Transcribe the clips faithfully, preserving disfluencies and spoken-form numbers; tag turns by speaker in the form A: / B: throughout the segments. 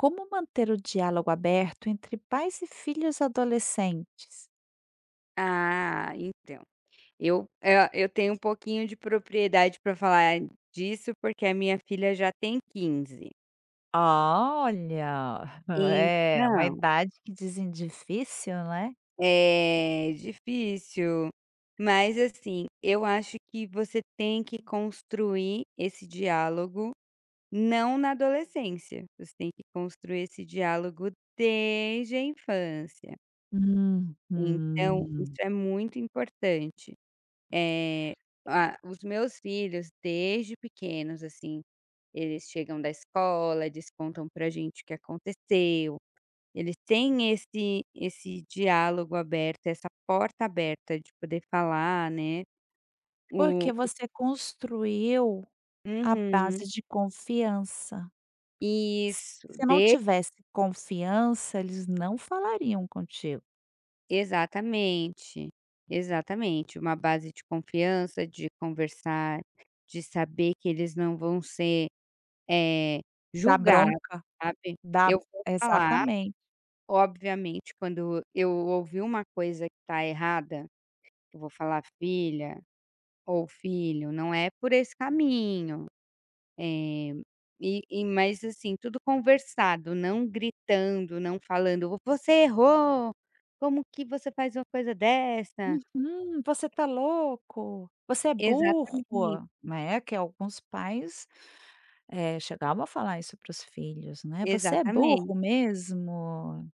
A: Como manter o diálogo aberto entre pais e filhos adolescentes?
B: Ah, então, eu, eh, eu tenho um pouquinho de propriedade para falar disso, porque a minha filha já tem quinze.
A: Olha, é uma
B: Então,
A: idade que dizem difícil, né?
B: é difícil, mas assim, eu acho que você tem que construir esse diálogo, não na adolescência, você tem que construir esse diálogo desde a infância. Então, isso
A: Uhum.
B: é muito importante. Eh, a os meus filhos, desde pequenos, assim, eles chegam da escola, eles contam pra gente o que aconteceu, eles têm esse esse diálogo aberto, essa porta aberta de poder falar, né. O
A: Porque você construiu a
B: Uhum.
A: base de confiança.
B: Isso,
A: Se não
B: de
A: tivesse confiança, eles não falariam contigo.
B: exatamente, exatamente. Uma base de confiança, de conversar, de saber que eles não vão ser, eh,
A: Dá
B: julgados,
A: bronca,
B: sabe.
A: dá
B: Eu vou falar
A: exatamente.
B: Obviamente, quando eu ouvi uma coisa que tá errada, eu vou falar: "Filha ou filho, não é por esse caminho", eh, e e mas assim, tudo conversado, não gritando, não falando: "Você errou, como que você faz uma coisa dessa?".
A: "Hum, você tá louco, você é burro",
B: Exatamente,
A: né, que alguns pais é, chegavam a falar isso para os filhos, né: "Você é
B: exatamente.
A: burro mesmo?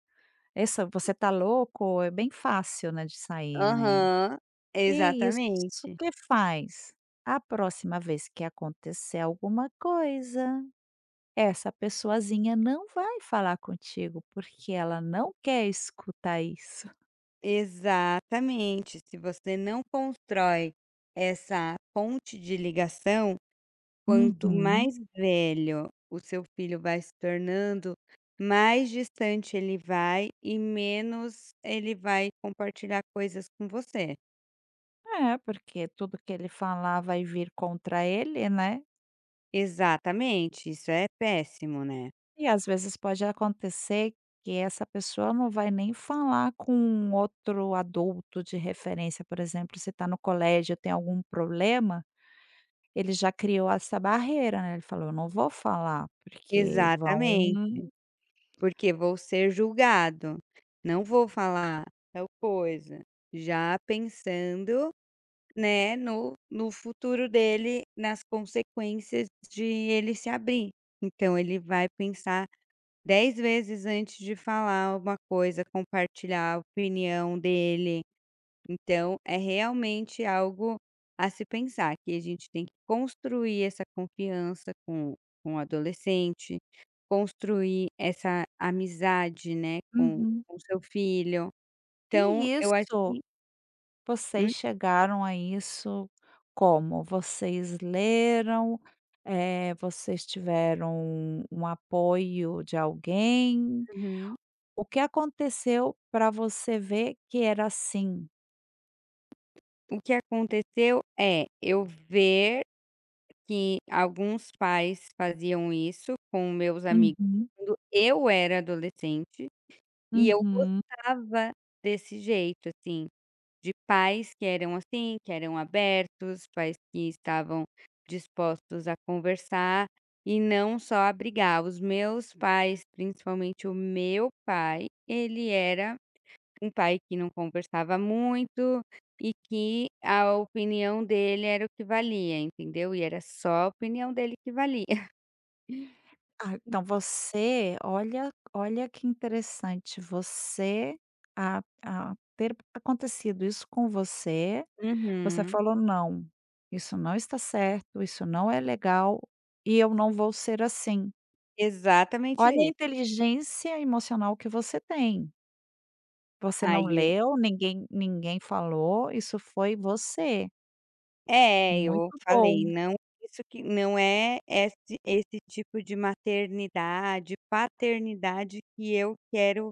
A: Essa você tá louco?" É bem fácil, né, de sair, né.
B: Aham,
A: E isso
B: exatamente,
A: que faz? A próxima vez que acontecer alguma coisa, essa pessoazinha não vai falar contigo, porque ela não quer escutar isso.
B: exatamente. Se você não constrói essa ponte de ligação. Quanto
A: Uhum.
B: mais velho o seu filho vai se tornando, mais distante ele vai e menos ele vai compartilhar coisas com você.
A: É, porque tudo que ele falar vai vir contra ele, né.
B: Exatamente, isso é péssimo, né.
A: E às vezes pode acontecer que essa pessoa não vai nem falar com um outro adulto de referência, por exemplo, se está no colégio, tem algum problema, ele já criou essa barreira, né, ele falou: "Eu não vou falar, porque vão".
B: Exatamente, porque vou ser julgado, não vou falar tal coisa, já pensando, né, no no futuro dele, nas consequências de ele se abrir. Então ele vai pensar dez vezes antes de falar uma coisa, compartilhar a opinião dele. Então, é realmente algo a se pensar, que a gente tem que construir essa confiança com, com o adolescente, construir essa amizade, né, com
A: Uhum.
B: o seu filho. Então,
A: E
B: eu acho
A: isso,
B: que.
A: vocês
B: hum,
A: chegaram a isso como? Vocês leram, eh, vocês tiveram um apoio de alguém?
B: uhum.
A: O que aconteceu para você ver que era assim?
B: O que aconteceu é eu ver que alguns pais faziam isso com meus amigos
A: Uhum,
B: quando eu era adolescente. E eu
A: uhum.
B: gostava desse jeito, assim, de pais que eram assim, que eram abertos, pais que estavam dispostos a conversar e não só a brigar. Os meus pais, principalmente o meu pai, ele era um pai que não conversava muito e que a opinião dele era o que valia, entendeu? E era só a opinião dele que valia.
A: Ah, então você olha olha que interessante, você a a ter acontecido isso com você, você
B: Uhum,
A: falou: "Não, isso não está certo, isso não é legal e eu não vou ser assim".
B: exatamente
A: Olha a
B: isso.
A: inteligência emocional que você tem. Você não
B: Aí
A: leu, ninguém ninguém falou, isso foi você.
B: É, eu
A: Muito
B: falei:
A: bom.
B: "Não, isso que não é esse esse tipo de maternidade, paternidade que eu quero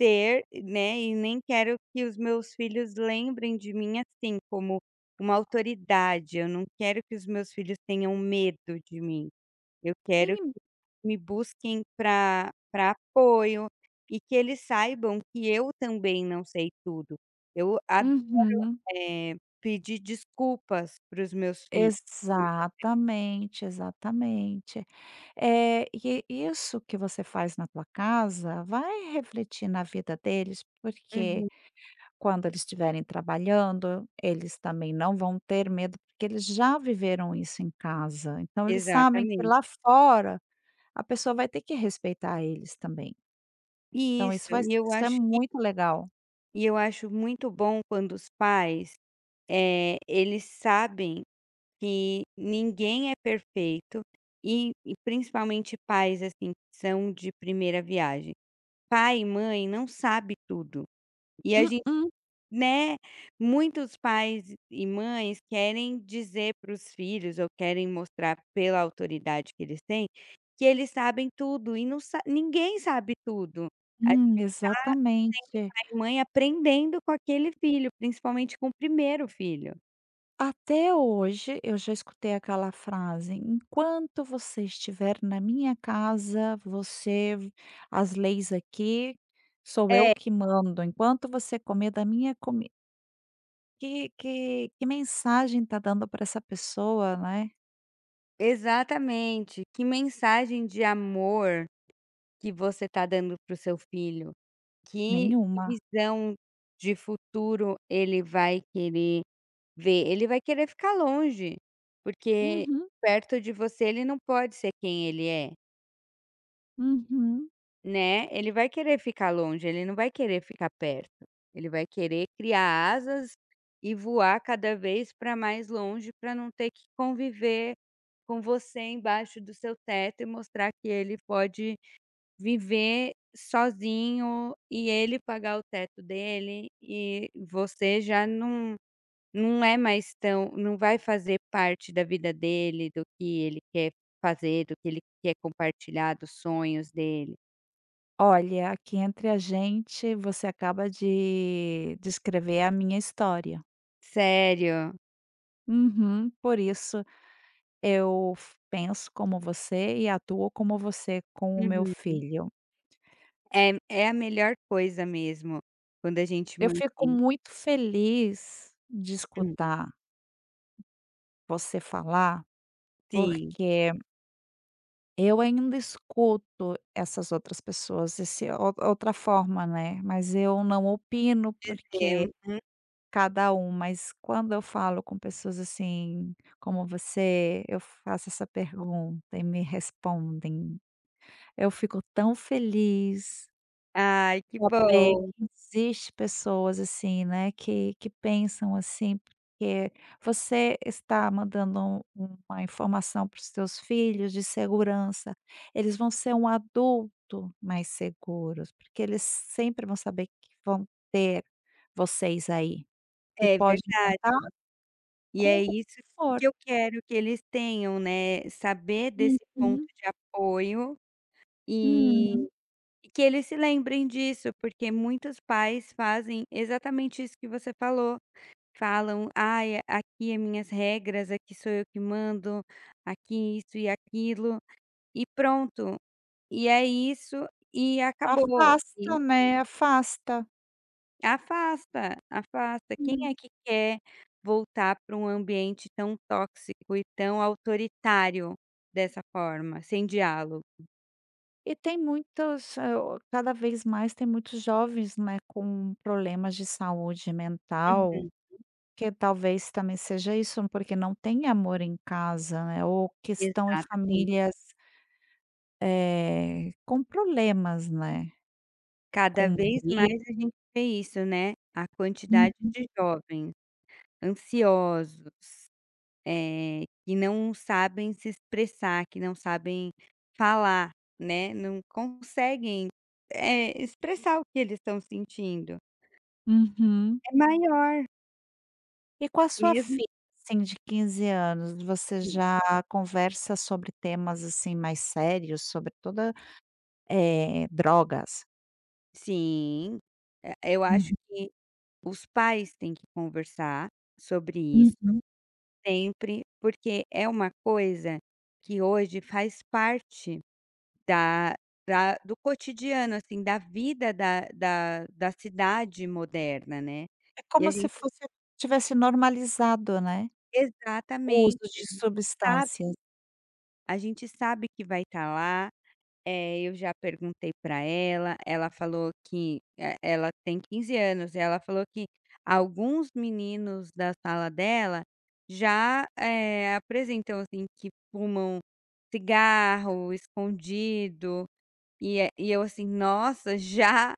B: ser, né, e nem quero que os meus filhos lembrem de mim assim, como uma autoridade. Eu não quero que os meus filhos tenham medo de mim. Eu quero
A: Sim.
B: que me busquem para para apoio e que eles saibam que eu também não sei tudo. Eu a
A: Uhum.
B: eh, Pedir desculpas para os meus filhos".
A: Exatamente, exatamente. É e isso que você faz na tua casa vai refletir na vida deles, porque
B: Uhum,
A: quando eles estiverem trabalhando, eles também não vão ter medo, porque eles já viveram isso em casa. Então eles sabem que lá
B: exatamente.
A: fora a pessoa vai ter que respeitar eles também. Então
B: Isso,
A: isso vai
B: e eu
A: isso é
B: acho que
A: muito legal.
B: E eu acho muito bom quando os pais, eh, eles sabem que ninguém é perfeito e e principalmente pais, assim, que são de primeira viagem. Pai e mãe não sabe tudo, e a
A: Mm-mm.
B: gente
A: Hum,
B: né, muitos pais e mães querem dizer para os filhos ou querem mostrar pela autoridade que eles têm, que eles sabem tudo e não sa ninguém sabe tudo. A
A: hum, exatamente.
B: a mãe aprendendo com aquele filho, principalmente com o primeiro filho.
A: Até hoje eu já escutei aquela frase: "Enquanto você estiver na minha casa, você as leis aqui sou eu
B: É.
A: que mando, enquanto você comer da minha comi". Que que que mensagem tá dando para essa pessoa, né?
B: Exatamente, que mensagem de amor que você está dando para o seu filho, que
A: Nenhuma.
B: visão de futuro ele vai querer ver, ele vai querer ficar longe, porque
A: Uhum,
B: perto de você ele não pode ser quem ele é,
A: uhum.
B: né. Ele vai querer ficar longe, ele não vai querer ficar perto, ele vai querer criar asas e voar cada vez para mais longe para não ter que conviver com você embaixo do seu teto e mostrar que ele pode viver sozinho e ele pagar o teto dele e você já não não é mais tão, não vai fazer parte da vida dele, do que ele quer fazer, do que ele quer compartilhar, dos sonhos dele.
A: Olha, aqui entre a gente, você acaba de descrever a minha história.
B: Sério.
A: Uhum, por isso Eu f penso como você e atuo como você com o meu
B: Uhum.
A: filho.
B: É é a melhor coisa mesmo, quando a gente
A: Eu fico
B: mantém.
A: muito feliz de
B: hum,
A: escutar você falar,
B: sim,
A: porque eu ainda escuto essas outras pessoas, esse ou outra forma, né, mas eu não opino, porque
B: dizemos. Uhum.
A: cada um. Mas quando eu falo com pessoas, assim, como você, eu faço essa pergunta e me respondem. Eu fico tão feliz.
B: Ai, que
A: Saber
B: bom.
A: que existe pessoas assim, né, que que pensam assim, porque você está mandando um uma informação para os seus filhos de segurança, eles vão ser um adulto mais seguros, porque eles sempre vão saber que vão ter vocês aí, que
B: É
A: pode
B: verdade.
A: contar
B: E
A: com
B: é
A: o que
B: isso
A: for.
B: que eu quero que eles tenham, né, saber desse ponto
A: Uhum,
B: de apoio e
A: uhum.
B: e que eles se lembrem disso, porque muitos pais fazem exatamente isso que você falou. Falam: "Ai, aqui é minhas regras, aqui sou eu que mando, aqui isso e aquilo", e pronto. E é isso e acabou. E
A: Afasta, né, afasta.
B: afasta, afasta. Quem é que quer voltar para um ambiente tão tóxico e tão autoritário dessa forma, sem diálogo?
A: E tem muitos eh, o cada vez mais tem muitos jovens, né, com problemas de saúde mental,
B: Uhum,
A: que talvez também seja isso, porque não tem amor em casa, né, ou que estão em
B: exatamente.
A: famílias, eh, com problemas, né,
B: Cada
A: com
B: vez
A: briga.
B: mais a gente vê isso, né, a quantidade de jovens ansiosos, eh, que não sabem se expressar, que não sabem falar, né, não conseguem, eh, expressar o que eles estão sentindo.
A: Uhum.
B: É maior,
A: E com a sua
B: mesmo
A: filha, assim, de quinze anos, você
B: que
A: já conversa sobre temas, assim, mais sérios, sobre toda eh, drogas?
B: Sim, eh, eu acho
A: Uhum,
B: que os pais têm que conversar sobre isso
A: uhum.
B: sempre, porque é uma coisa que hoje faz parte Da da do cotidiano, assim, da vida da da da cidade moderna, né.
A: É
B: E a
A: como se
B: gente
A: fosse tivesse normalizado, né, o uso
B: Exatamente, a
A: de
B: gente sabe
A: substâncias.
B: a gente sabe que vai estar lá, eh, eu já perguntei para ela, ela falou que eh, ela tem quinze anos, e ela falou que alguns meninos da sala dela já, eh, apresentam, assim, que fumam cigarro escondido, e é e eu assim: "Nossa, já?".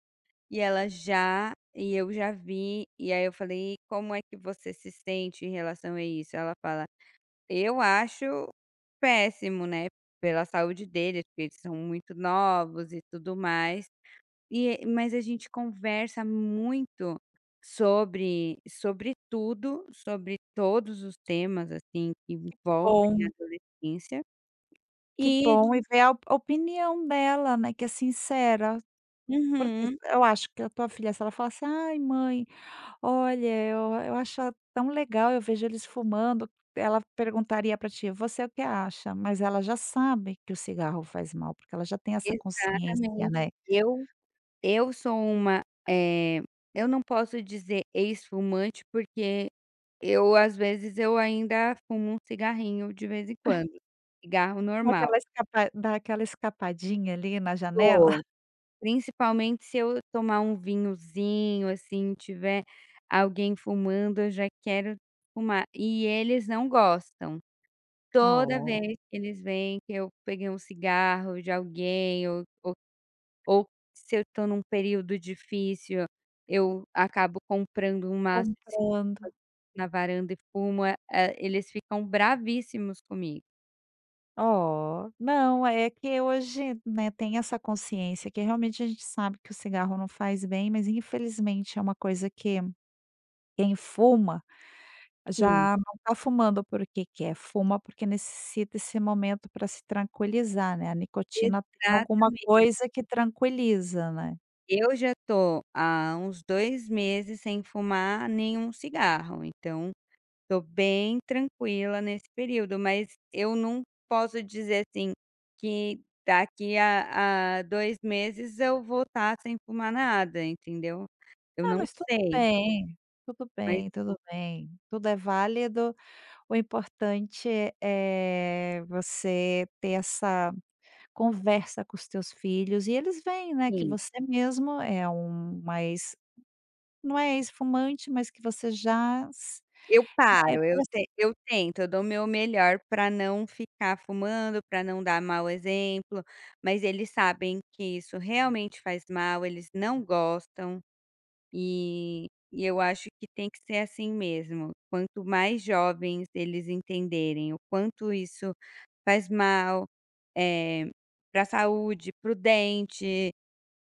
B: E ela já e eu já vi, e aí eu falei: "Como é que você se sente em relação a isso?". Ela fala: "Eu acho péssimo, né, pela saúde deles, porque eles são muito novos e tudo mais". E mas a gente conversa muito sobre sobre tudo, sobre todos os temas, assim, que envolvem a
A: Bom,
B: adolescência
A: que
B: e ti
A: bom, e ver a op- a opinião dela, né, que é sincera, porque
B: Uhum,
A: eu acho que a tua filha, se ela falasse: "Ai mãe, olha, eu eu acho tão legal, eu vejo eles fumando", ela perguntaria para ti: "Você o que acha?". Mas ela já sabe que o cigarro faz mal, porque ela já tem essa consciência,
B: exatamente.
A: né.
B: Eu Eu sou uma, eh, eu não posso dizer ex-fumante, porque eu, às vezes, eu ainda fumo um cigarrinho de vez em quando, cigarro
A: Dá
B: normal.
A: aquela escapa dá aquela escapadinha ali na janela,
B: Tô. Principalmente se eu tomar um vinhozinho, assim, tiver alguém fumando, eu já quero fumar. E eles não gostam. Toda
A: ó,
B: vez que eles veem que eu peguei um cigarro de alguém ou ou se eu estou num período difícil, eu acabo comprando um maço de
A: comprando.
B: cigarro na varanda e fumo, eh eh, eles ficam bravíssimos comigo.
A: Ó não, é que hoje, né, tem essa consciência que realmente a gente sabe que o cigarro não faz bem, mas infelizmente é uma coisa que quem fuma
B: Sim.
A: já não está fumando porque quer, fuma porque necessita esse momento para se tranquilizar, né. A nicotina tem alguma
B: Exatamente.
A: coisa que tranquiliza, né.
B: Eu já estou há uns dois meses sem fumar nenhum cigarro, então estou bem tranquila nesse período, mas eu não posso dizer assim que daqui a a 2 meses eu vou estar sem fumar nada, entendeu? Eu
A: Ah,
B: não
A: mas tudo
B: sei,
A: bem, tudo
B: mas
A: bem, tudo bem, tudo é válido, o importante é você ter essa conversa com os teus filhos e eles veem, né, que
B: sim,
A: você mesmo é um, ex não é ex-fumante, mas que você já s
B: eu
A: é.
B: paro, eu te eu tento, eu dou o meu melhor para não ficar fumando, para não dar mau exemplo, mas eles sabem que isso realmente faz mal, eles não gostam, e e eu acho que tem que ser assim mesmo. Quanto mais jovens eles entenderem o quanto isso faz mal, eh, pra saúde, para o dente,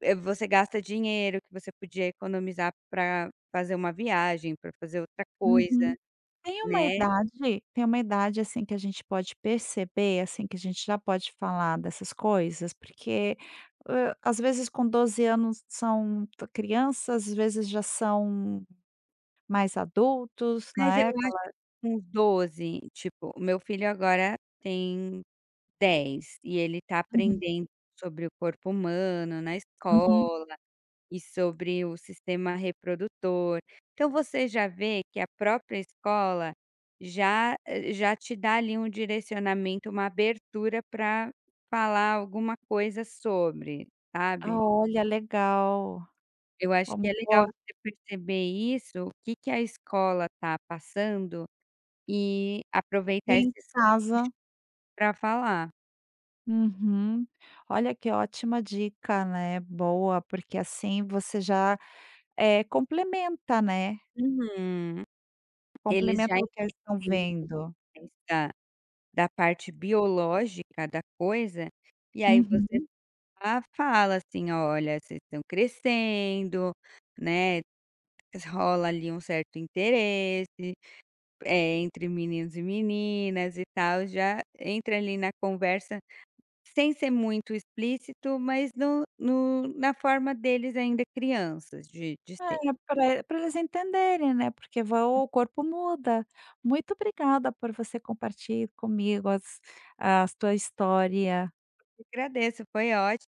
B: eh, você gasta dinheiro que você podia economizar para fazer uma viagem, para fazer outra coisa.
A: Uhum. tem uma
B: Né,
A: idade Tem uma idade, assim, que a gente pode perceber, assim, que a gente já pode falar dessas coisas, porque, hã, às vezes com doze anos são t crianças, às vezes já são mais adultos,
B: mas
A: né,
B: eu acho
A: aquela.
B: uns doze tipo, o meu filho agora tem dez e ele tá
A: Uhum,
B: aprendendo sobre o corpo humano na
A: uhum.
B: escola e sobre o sistema reprodutor. Então você já vê que a própria escola já, eh, já te dá ali um direcionamento, uma abertura pra falar alguma coisa sobre,
A: Ah,
B: sabe.
A: olha, legal.
B: Eu acho que
A: Vamos
B: é legal
A: vou
B: você perceber isso, o que que a escola tá passando e aproveitar
A: Vem em
B: esses ganchos
A: casa
B: pra falar.
A: Uhum. Olha que ótima dica, né, boa, porque assim você já, é complementa, né,
B: Uhum. Eles já
A: complementa o que eles estão
B: entendem
A: vendo.
B: essa da da parte biológica da coisa, e aí você
A: Uhum.
B: fa fala assim: "Olha, vocês estão crescendo, né, rola ali um certo interesse, é entre meninos e meninas e tal", já entra ali na conversa sem ser muito explícito, mas no no na forma deles ainda crianças de de ser.
A: É, para eles entenderem, né, porque va o corpo muda. Muito obrigada por você compartilhar comigo as a sua história.
B: Agradeço, foi ótimo.